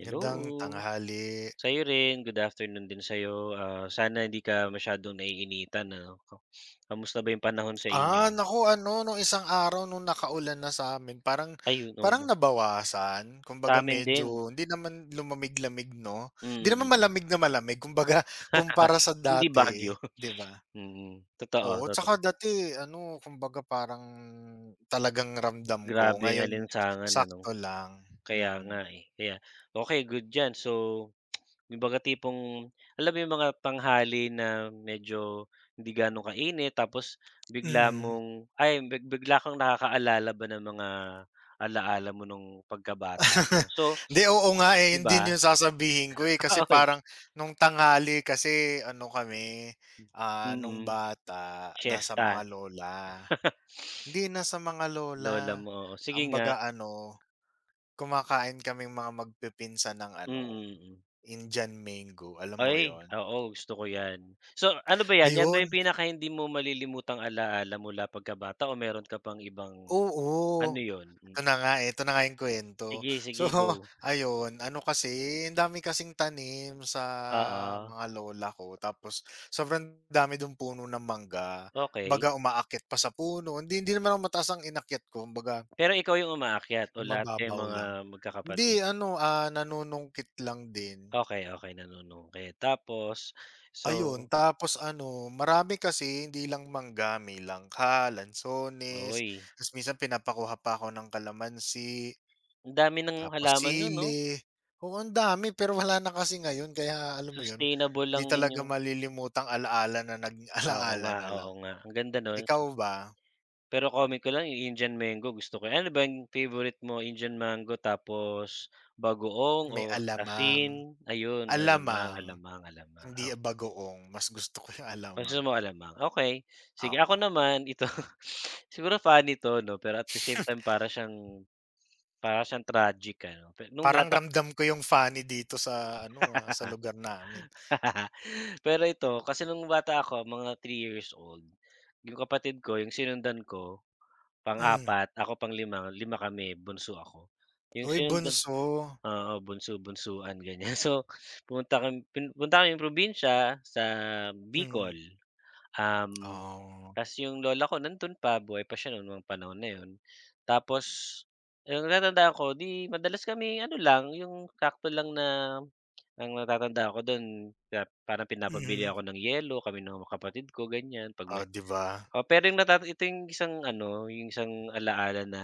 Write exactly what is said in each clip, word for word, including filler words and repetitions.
Hello. tanghali. Sa'yo rin, good afternoon din sa'yo. Ah, sana hindi ka masyadong naiinitan, ano. Ka kamusta ba yung panahon sa inyo? Ah, naku ano nung isang araw nung nakaulan na sa'min parang Ayun, parang oo. nabawasan. Sa Kumbaga amin medyo din. hindi naman lumamig-lamig 'no? Mm, Hindi mm. naman mm. malamig na malamig kumbaga kumpara sa Hindi dati, Baguio. 'di ba? Mm, Oo, totoo, tsaka totoo. dati ano kumbaga parang talagang ramdam ko, Grabe yung ngayon alinsangan, sakto ano. lang, Kaya mm. nga, eh. Kaya okey, good 'yan. So kumbaga tipong alam mo yung mga tanghali na medyo hindi ganong kainit tapos bigla Mm. mong ay big bigla kang nakakaalala ba ng mga alaala mo nung pagkabata mo. So, Hindi, oo nga eh, yun 'di din ba? yung sasabihin ko eh, kasi Okey. parang nung tanghali kasi ano kami, ah, nung Mm, bata nasa mga siyesta, lola. Hindi, nasa mga lola. lola mo, oo. Sige Ang nga, baga ano, kumakain kaming mga magpipinsan ng mm, ano, mm. Indian mango, alam mo Ay, yun? oo gusto ko 'yan. So, ano ba 'yan, 'yan ba Ayun, yung pinaka hindi mo malilimutang alaala mula pagkabata o meron ka pang ibang oo. ano 'yun? Ito Mm. na nga, eh, ito na nga yung kwento. Sige, So, sige, go. ayun, ano kasi, ang dami kasing tanim sa Oo. mga lola ko tapos sobrang dami dong puno ng mangga. Okey. Kumbaga umaakyat pa sa puno, hindi hindi naman ako mataas ang inakyat ko, kumbaga Pero ikaw yung umaakyat o lahat kayong mababaw mga lang. Hindi magkakapatid? ano, ah, nanunungkit lang din. Okey, okey nanunong kayo. Tapos so Ayun, tapos ano, marami kasi hindi lang mangga, may langka, lansones, uy, ta's minsan pinapakuha pa ako ng kalamansi. ang dami ng Tapos halaman niyo 'no? sili. Oo, ang dami pero wala na kasi ngayon kaya alam mo yun, Sustainable 'di ang talaga inyong malilimutang alaala na naging oo alaala nga, na oo lang. nga, ang ganda nun. Ikaw ba, Pero comment ko lang yung Indian mango gusto ko yan. Ano ba yung favorite mo, Indian mango tapos bagoong o may alamang asin? Ayun, alamang, alamang, alamang, alamang. hindi bagoong, mas gusto ko yung alamang, Gusto mo alamang, okay. Sige ako oo. naman ito, siguro funny 'to 'no, pero at the same time para siyang para siyang tragic ano. Pe nung Parang bata ramdam ko yung funny dito sa ano, ah, sa lugar namin. pero ito kasi nung bata ako mga three years old, yung kapatid ko yung sinundan ko Hmm, pang-apat, ako pang-lima, lima kami, bunso ako. Yung uy sinundan bunso, oo, bunso-bunsuan ganyan. So pumunta kami pin punta kaming probinsya sa Bicol, hmm, um oh, tas yung lola ko nandun pa, buhay pa siya nun mga panahon na yun. Tapos yung natatandaan ko 'di madalas kami ano lang, yung sakto lang na ang natatandaan ko don na parang pinapabili mhm, ako ng yelo kami ng mga kapatid ko ganyan 'pag oh, may 'di ba? oh, pero yung natata ito yung isang ano, yung isang alaala na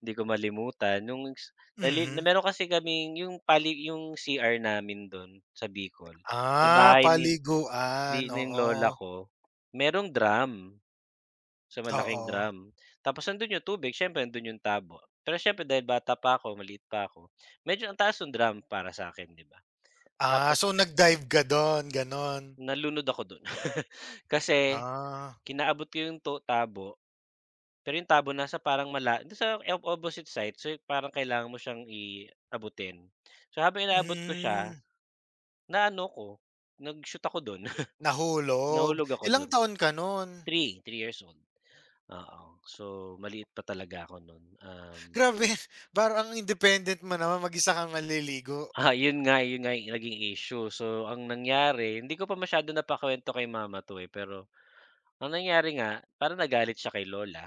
hindi ko malimutan nung s nali Mhm. meron kasi kaming yung pali yung C R namin don sa Bicol, sa Ah, bahay ni paliguan, ni ng lola oo, ko merong drum. Sa malaking oo. drum. Tapos nandun yung tubig, siyempre nandun yung tabo. Pero siyempre dahil bata pa ako, maliit pa ako, medyo ang taas ng drum para sa akin, 'di ba? Ah, Tapos so nag-dive ka dun, gano'n? nalunod ako dun. Kasi Ah, kinaabot ko yung to tabo, pero yung tabo nasa parang mala dun sa op opposite side, so parang kailangan mo siyang i abutin. So habang inaabot ko siya, hmm, naano ko, nag-shoot ako dun, nahulog. nahulog ako Ilang dun. taon ka nun? three, three years old. Oo. So maliit pa talaga ako nun, um Grabe, parang ang independent mo naman mag-isa kang naliligo. ah, yun nga, yun nga yung naging issue. So, ang nangyari, hindi ko pa masyado napakuwento kay mama 'to, eh, pero ang nangyari nga, parang nagalit siya kay lola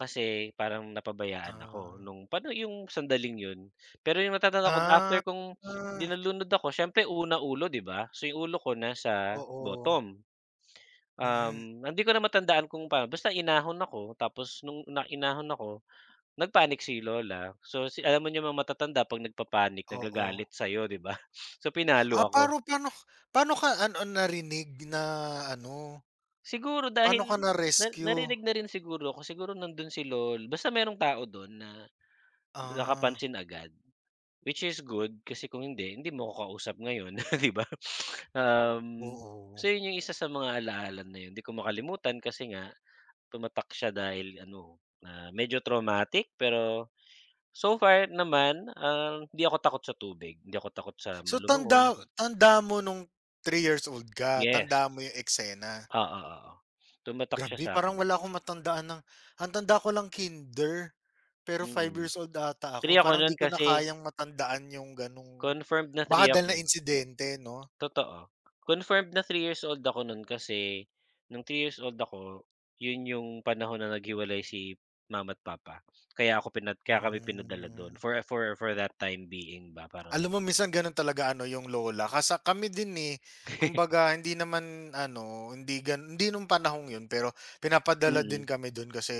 kasi parang napabayaan ako Ah. nung paano yung sandaling yun. Pero yung natatanda ko after Ah, kung ah, dinalunod ako siyempre una ulo, 'di ba? So, yung ulo ko nasa oo. bottom. Mm, Um, hindi ko na matandaan kung paano basta inahon ako tapos nung na inahon ako nagpanik si lola. So, si alam mo yung mga matatanda 'pag nagpapanik, panic oo. nagagalit sa'yo, 'di ba? So, pinalo Ah, ako. paro pa'no pa'no ka ano narinig na ano, Siguro paano dahil ka na na-rescue? narinig na rin siguro ako, siguro nandun si lol basta merong tao dun na Ah, nakapansin agad, which is good kasi kung hindi, hindi mo ako kausap ngayon, 'di ba? Um, oo. so yun yung isa sa mga ala na yun, 'di ko makalimutan kasi nga tumatak siya dahil ano, ah, medyo traumatic pero so far naman, ah, hindi ako takot sa tubig, hindi ako takot sa So ma tanda lumangoy. tanda mo nung three years old ka, Yes, tanda mo yung eksena? oo, oo. Tumatak siya Grabe sa'kin, parang wala akong matandaan ng ang tanda ko lang kinder, pero five mm. years old ata tatlo ako ako parang di nun ko na kasi kayang matandaan yung ganong confirmed na baka three ako dahil na nun, insidente 'no? totoo. Confirmed na three years old ako nun kasi nung three years old ako, yun yung panahon na naghiwalay si mama at papa. Kaya ako pinad kaya kami pinadala Hmm, dun for for for that time being ba, parang alam ganun. mo minsan ganun talaga ano yung lola kasa kami din, eh, kumbaga hindi naman ano hindi gan hindi nung panahong yun pero pinapadala din Mm, kami dun kasi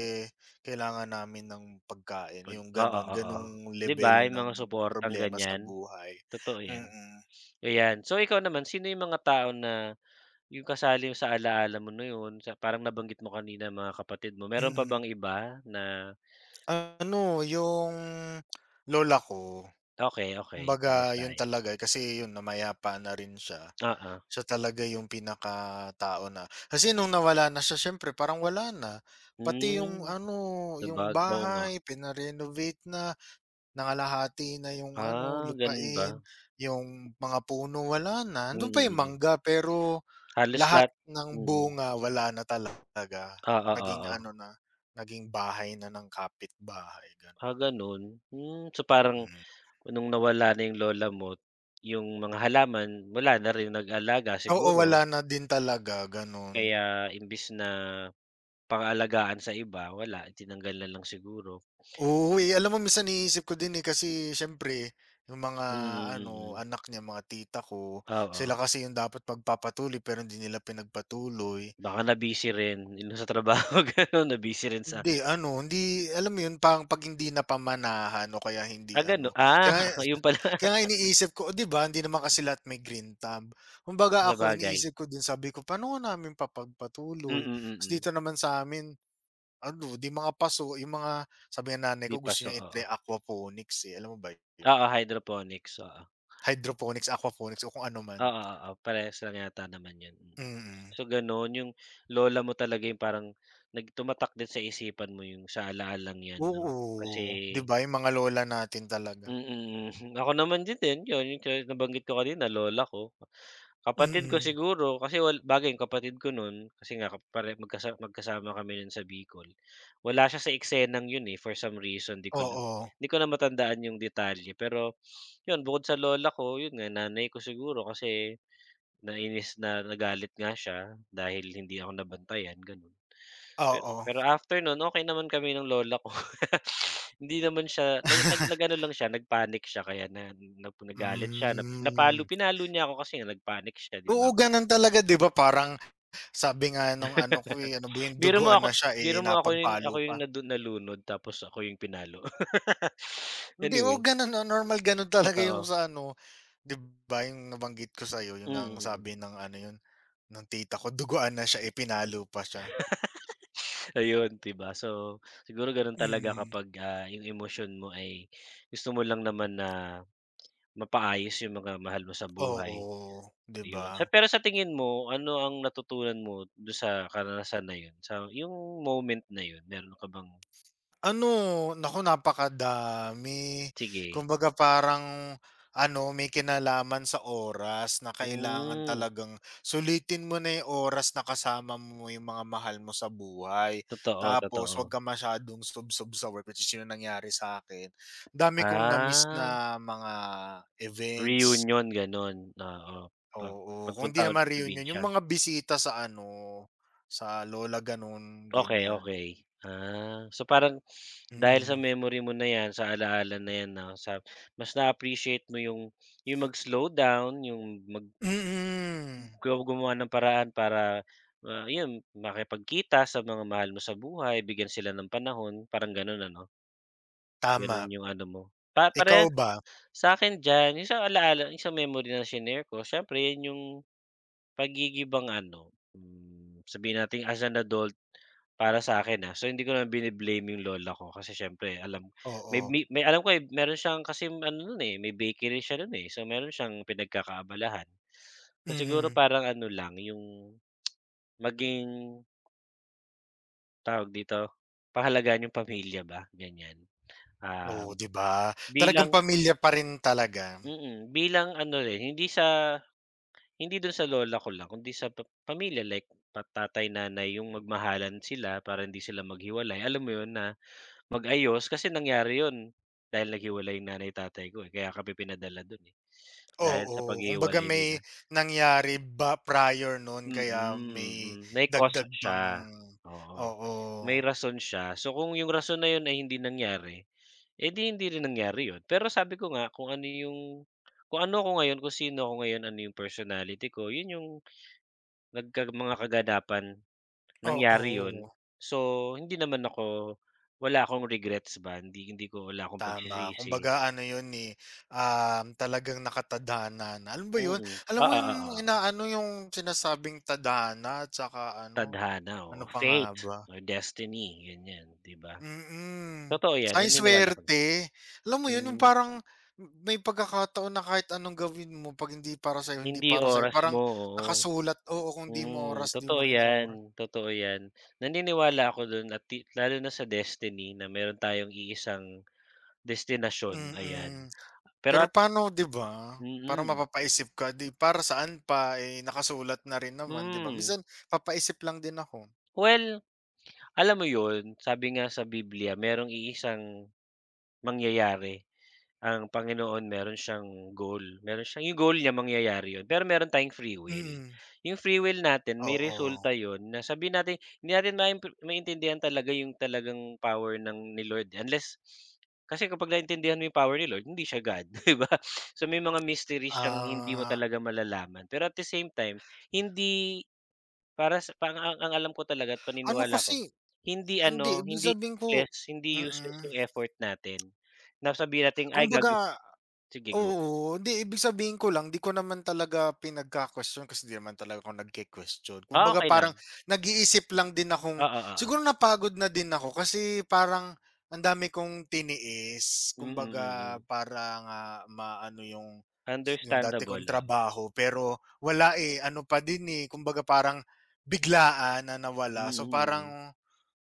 kailangan namin ng pagkain 'pag yung oo, ganun, oo. ganung 'Di ba, level yung ng mga suportang problema sa ganyan, buhay, totoo yan. mm, Ayan. So ikaw naman, sino yung mga tao na yung kasali sa ala-ala mo na yun, sa parang nabanggit mo kanina mga kapatid mo, meron pa mm. bang iba na Ano, yung lola ko, okay okey, parehas kumbaga yun tayo. talaga, eh, kasi yun namayapa na rin siya. Oo. Siya talaga yung pinakatao na kasi nung nawala na siya siyempre parang wala na. Pati yung Hmm, ano, yung sabag oo nga. bahay pina na, nangalahati na yung ano, Ah, ganun ba? lupain, yung mga puno wala na. Mm, Nandun pa mm. yung mm, mm. mangga pero Halos lahat lahat ng mm. mm. bunga wala na talaga. ah ah Ah, Naging ah. ano na, naging bahay na ng kapitbahay, ganun. Ah, ganun. Hmm, so parang Mm. nung nawala na yung lola mo, yung mga halaman wala na rin nag-alaga Oo, siguro. wala na din talaga, gano'n. Kaya imbis na pang-alagaan sa iba wala, tinanggal na lang siguro. Oo, eh, alam mo minsan iniisip ko din, eh, kasi siyempre yung mga Mm, ano, mm. anak niya, mga tita ko, sila Oo, kasi yung dapat magpapatuloy pero hindi nila pinagpatuloy. baka na-busy rin yun sa trabaho gano'n na-busy rin sa Hindi ano, hindi alam mo yun, pang 'pag hindi napamanahan o kaya hindi ah, ano, gano ah, kaya yun pala kaya nga iniisip ko, oh, 'di ba, hindi naman kasi lahat may green thumb. Kumbaga ako sabagay. iniisip ko din, sabi ko, "Paano nga namin Mm, papagpatuloy? mm. mm, Ta's mm. dito naman sa amin ano, 'di mga paso, yung mga sabi ng nanay 'Di ko gusto paso, niya oo. i-try aquaponics, eh, alam mo ba yun? Oo, hydroponics, oo. Hydroponics, aquaponics o kung ano man. Oo, oo, oo, parehas lang yata naman yun, mm. Mm. So gano'n yung lola mo talaga yung parang nag din sa isipan mo yung sa alaalang yan 'no, kasi Oo, 'di ba yung mga lola natin talaga. mm, ako naman din din yun yung ka nabanggit ko kanina lola ko. Kapatid ko Mm. siguro kasi wal bagay yung kapatid ko nun kasi nga pare magkasa magkasama kami nun sa Bicol, wala siya sa eksenang yun, eh, for some reason di ko na Oo, di ko na matandaan yung detalye pero yun bukod sa lola ko yun nga nanay ko siguro kasi nainis na nagalit nga siya dahil hindi ako nabantayan ganun. Pero oo. pero after no'n, okey naman kami ng lola ko. Hindi naman siya nag nag nag-ano lang siya, nag-panic siya kaya na nag nagalit siya, na napalo Hmm. pinalo niya ako kasi nga nag-panic siya, 'di Oo, ba? ganun talaga 'di ba parang sabi nga nung ano ko, eh, ano ba yun Biro mo duguan ako na siya, eh, biro mo ako yung napagpalo ako yung pa. nadu nalunod tapos ako yung pinalo. Hindi, oo Anyway, ganun, no, normal ganun talaga yung totoo. sa ano 'di ba yung nabanggit ko sa'yo Mm, yung ang mm. sabi ng ano yun, ng tita ko duguan na siya, eh, pinalo pa siya. Ayun, 'di ba? So, siguro gano'n talaga Mm. kapag, ah, yung emosyon mo ay gusto mo lang naman na mapaayos yung mga mahal mo sa buhay. Oo, 'di ba? Ayun, sa pero sa tingin mo ano ang natutunan mo dun sa karanasan na yun, sa yung moment na yun meron ka bang Ano, naku napakadami. sige, Kumbaga parang ano, may kinalaman sa oras na kailangan hmm, talagang sulitin mo na yung oras na kasama mo yung mga mahal mo sa buhay. totoo, Tapos totoo. wag ka masyadong subsob sa work which is yung nangyari sa'kin. Dami kong na-miss Ah, na mga events. reunion ganun, oo, pag Oo, kung di pagpunta ulit naman sa reunion, probinsya. yung mga bisita sa ano, sa lola gano'n, Okay ganyan. okay ah, so parang dahil sa Mm, memory mo na yan, sa ala-ala na yan 'no, sa mas na-appreciate mo yung yung mag-slow down, yung mag mm, ikaw gumawa ng paraan para, ah, 'yun makipagkita sa mga mahal mo sa buhay, bigyan sila ng panahon, parang gano'n ano? Gano'n tama. yung ano mo. Pa Ikaw pare ba? sa akin diyan yung isang alaala, isang memory na shinare ko siyempre 'yun yung pagigibang ano, hmm, sabihin nating as an adult para sa akin ah, so hindi ko na bine-blame yung lola ko kasi siyempre alam may Oo, mi may alam ko, eh, meron siyang kasi ano nun, eh, may bakery siya nun, eh, so meron siyang pinagkakaabalahan. So siguro mm. parang ano lang yung maging, tawag dito, pahalagahan yung pamilya ba, ganyan. Oo, Um, 'di ba? Talagang bilang pamilya pa rin talaga. mm, bilang ano rin, hindi sa hindi dun sa lola ko lang kundi sa pa pamilya like pa tatay, nanay yung magmahalan sila para hindi sila maghiwalay. Alam mo yun na mag-ayos kasi nangyari yun dahil naghiwalay yung nanay tatay ko, eh, kaya kami pinadala dun, eh, dahil sa Oo, kumbaga paghiwalay may nila. nangyari ba prior nun Mm, kaya mm. may mm. May cause dagdag pang siya, oo. oo, May rason siya. So, kung yung rason na yun ay hindi nangyari eh, di hindi rin nangyari yun. Pero sabi ko nga kung ano yung kung ano ako ngayon, kung sino ako ngayon, ano yung personality ko, yun yung nagka mga kaganapan, nangyari yun. oo. So, hindi naman ako wala akong regrets ba, hindi hindi ko wala akong Tama, pagsisisi. kumbaga ano yun, ni um, talagang nakatadhana na, alam ba yun? Oo. Alam ah mo ah yung ah ah. inaano yung sinasabing tadhana at saka ano, Tadhana, ano oo. pa nga Fate ba? or destiny, yun ganyan, 'di ba? Mm, Totoo 'yan, tsaka yung naniniwala ako. swerte. Alam mo yun yung Hmm, parang may pagkakataon na kahit anong gawin mo 'pag hindi para sa'yo, hindi hindi para sa'yo, oras parang mo, oo. nakasulat oo, kung 'di Hmm, mo oras, 'di totoo mo rin 'yan, oras. totoo 'yan. Naniniwala ako do'n at ti lalo na sa destiny na meron tayong iisang destinasyon, ayan. Mm. Pero Pero at paano 'di ba, parang mm, mapapaisip ka, 'di para saan pa, eh, nakasulat na rin naman 'di ba? hmm. Minsan papaisip lang din ako. Well, alam mo 'yun, sabi nga sa Biblia merong iisang mangyayari ang Panginoon meron siyang goal, meron siyang yung goal niya mangyayari yun, pero meron tayong free will. Mm, Yung free will natin may oo. resulta yun na sabihin natin hindi natin maimp maintindihan talaga yung talagang power ng ni Lord unless kasi kapag naintindihan mo yung power ni Lord hindi siya God, 'di ba? So may mga mysteries siyang hindi mo Ah, talaga malalaman, pero at the same time hindi para sa pang ang ang alam ko talaga at ano paniniwala ko, kasi hindi ano, hindi ibig hindi sabihin ko useless, hindi useless mm. yung effort natin na sabihin natin, "Ay gagawin." Kumbaga Sige go. oo, hindi ibig sabihin ko lang 'di ko naman talaga pinagka-question kasi 'di naman talaga ako nagke-question. Ah, Kumbaga okey parang lang. nag-iisip lang din akong Oo, oo. siguro napagod na din ako kasi parang ang dami kong tiniis. Mm, mm. Kumbaga mm. para nga maano yung yung dati kong Understandable, oo. trabaho pero wala eh, ano pa din eh, kumbaga parang biglaan na Mm, nawala. So mm. mm. parang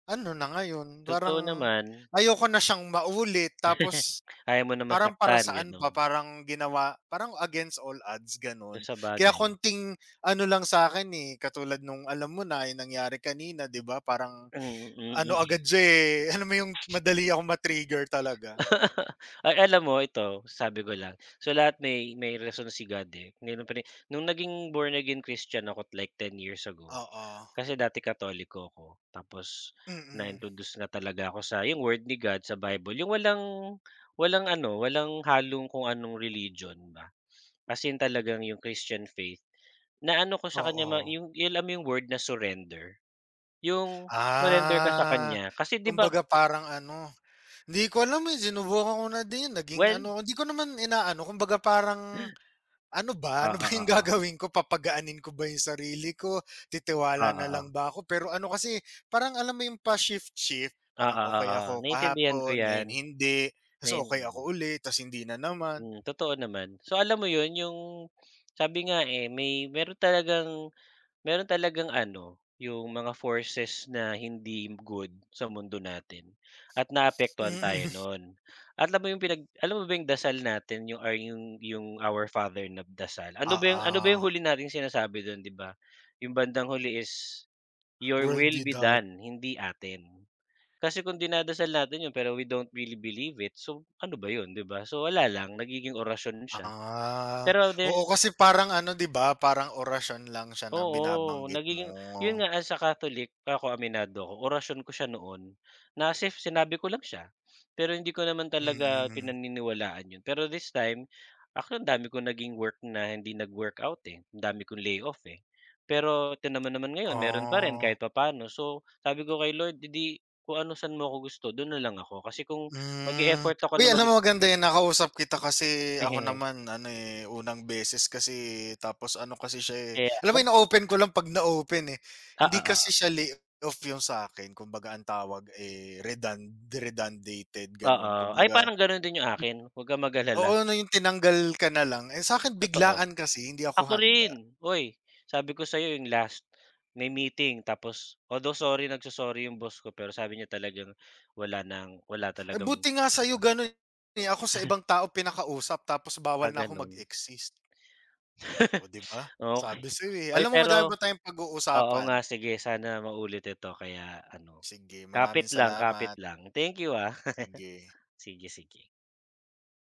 ano na ngayon, Totoo parang naman. ayoko na siyang maulit tapos Ayaw mo na parang para masaktan, saan gano'n. pa, parang ginawa parang against all odds So, gano'n. Kaya sabagay. konting ano lang sa akin eh, katulad nung alam mo na yung nangyari kanina 'di ba, parang Mm, mm. ano mm. agad siya, eh, alam mo yung madali akong ma talaga. Ay, alam mo ito, sabi ko lang. So, lahat may may rason si God, eh. Mayro'n pa rin nung naging born again Christian ako like ten years ago Oo, kasi dati Katoliko ako tapos mm, na-introduce na talaga ako sa yung Word ni God sa Bible, yung walang walang ano, walang halong kung anong religion ba. Kasi in talagang yung Christian faith na ano ko sa kanya ma oo. yung yung alam mo yung word na surrender? Yung surrender ka sa Ah, kanya kasi 'di ba kumbaga parang ano, hindi ko alam, eh, sinubukan ko na din naging well ano, hindi ko naman inaano kumbaga parang ano ba? ah Ano ba ah yung ah ah gagawin ko, papagaanin ko ba yung sarili ko, titiwala na lang ah ba ako? Pero ano kasi, parang alam mo yung pa-shift-shift, ah parang ah ah ah okay ah ako naintindihan ko kahapon, ngayon 'yan. hindi, ta's Nain okay ako ulit, ta's hindi na naman. mm, totoo naman. So alam mo 'yun yung sabi nga, eh, may meron talagang meron talagang ano, yung mga forces na hindi good sa mundo natin at naapektuhan tayo Mm. nun. At alam mo yung pinag alam mo ba yung dasal natin yung or yung yung Our Father na dasal? Ano ba yung ano ba yung huli Oo, nating sinasabi dun, 'di ba? Yung bandang huli is, "Your world will be without done," hindi atin. Kasi kung dinadasal natin yun pero we don't really believe it, so ano ba yun, 'di ba? So wala lang, nagiging orasyon siya. ah, Pero there's oo kasi parang ano 'di ba, parang orasyon lang siya na oo, binabanggit nagiging yun mo. nga as a Catholic, ako aminado ako, orasyon ko siya noon na sif sinabi ko lang siya. Pero hindi ko naman talaga Mm, pinaniniwalaan yun. Pero this time, ako ang dami kong naging work na hindi nag-workout, eh, ang dami kong layoff, eh. Pero tignan naman ngayon meron pa rin oh. kahit papaano. So, sabi ko kay Lord, hindi di kung ano saan mo ako gusto dun na lang ako. Kasi kung mag Hmm. effort ako Uy, na mag alam mo maganda 'yan, nakausap kita kasi ako naman ano, eh, unang beses kasi tapos ano kasi siya, eh, eh alam mo alam ko na-open ko lang 'pag na-open, eh. oo, Hindi kasi oo, siya off 'yung sa akin kumbaga ang tawag, eh, redund redundated oo. gano'n. Ay Kumbaga parang ganun din yung akin, 'wag kang oo, mag-alala. ano 'yung tinanggal ka na lang. Eh, sa akin Totoo. biglaan kasi hindi ako Ako handa. rin, "Uy, sabi ko sa'yo yung last, may meeting." Tapos although sorry, nagso-sorry yung boss ko, pero sabi niya talagang wala ng wala Ay, talagang buti nga sa'yo iba, gano'n, eh, ako sa ibang tao pinakausap tapos bawal ah, na ako gano'n. mag-exist. Oh, 'di ba? Okey. Sabi sa'yo, eh. Uy, Alam mo madami pero pa tayong oo pag-uusapan. nga, sige sana maulit ito kaya ano, Sige, kapit maraming lang, kapit salamat. lang. Thank you, ah. Sige. Sige, sige.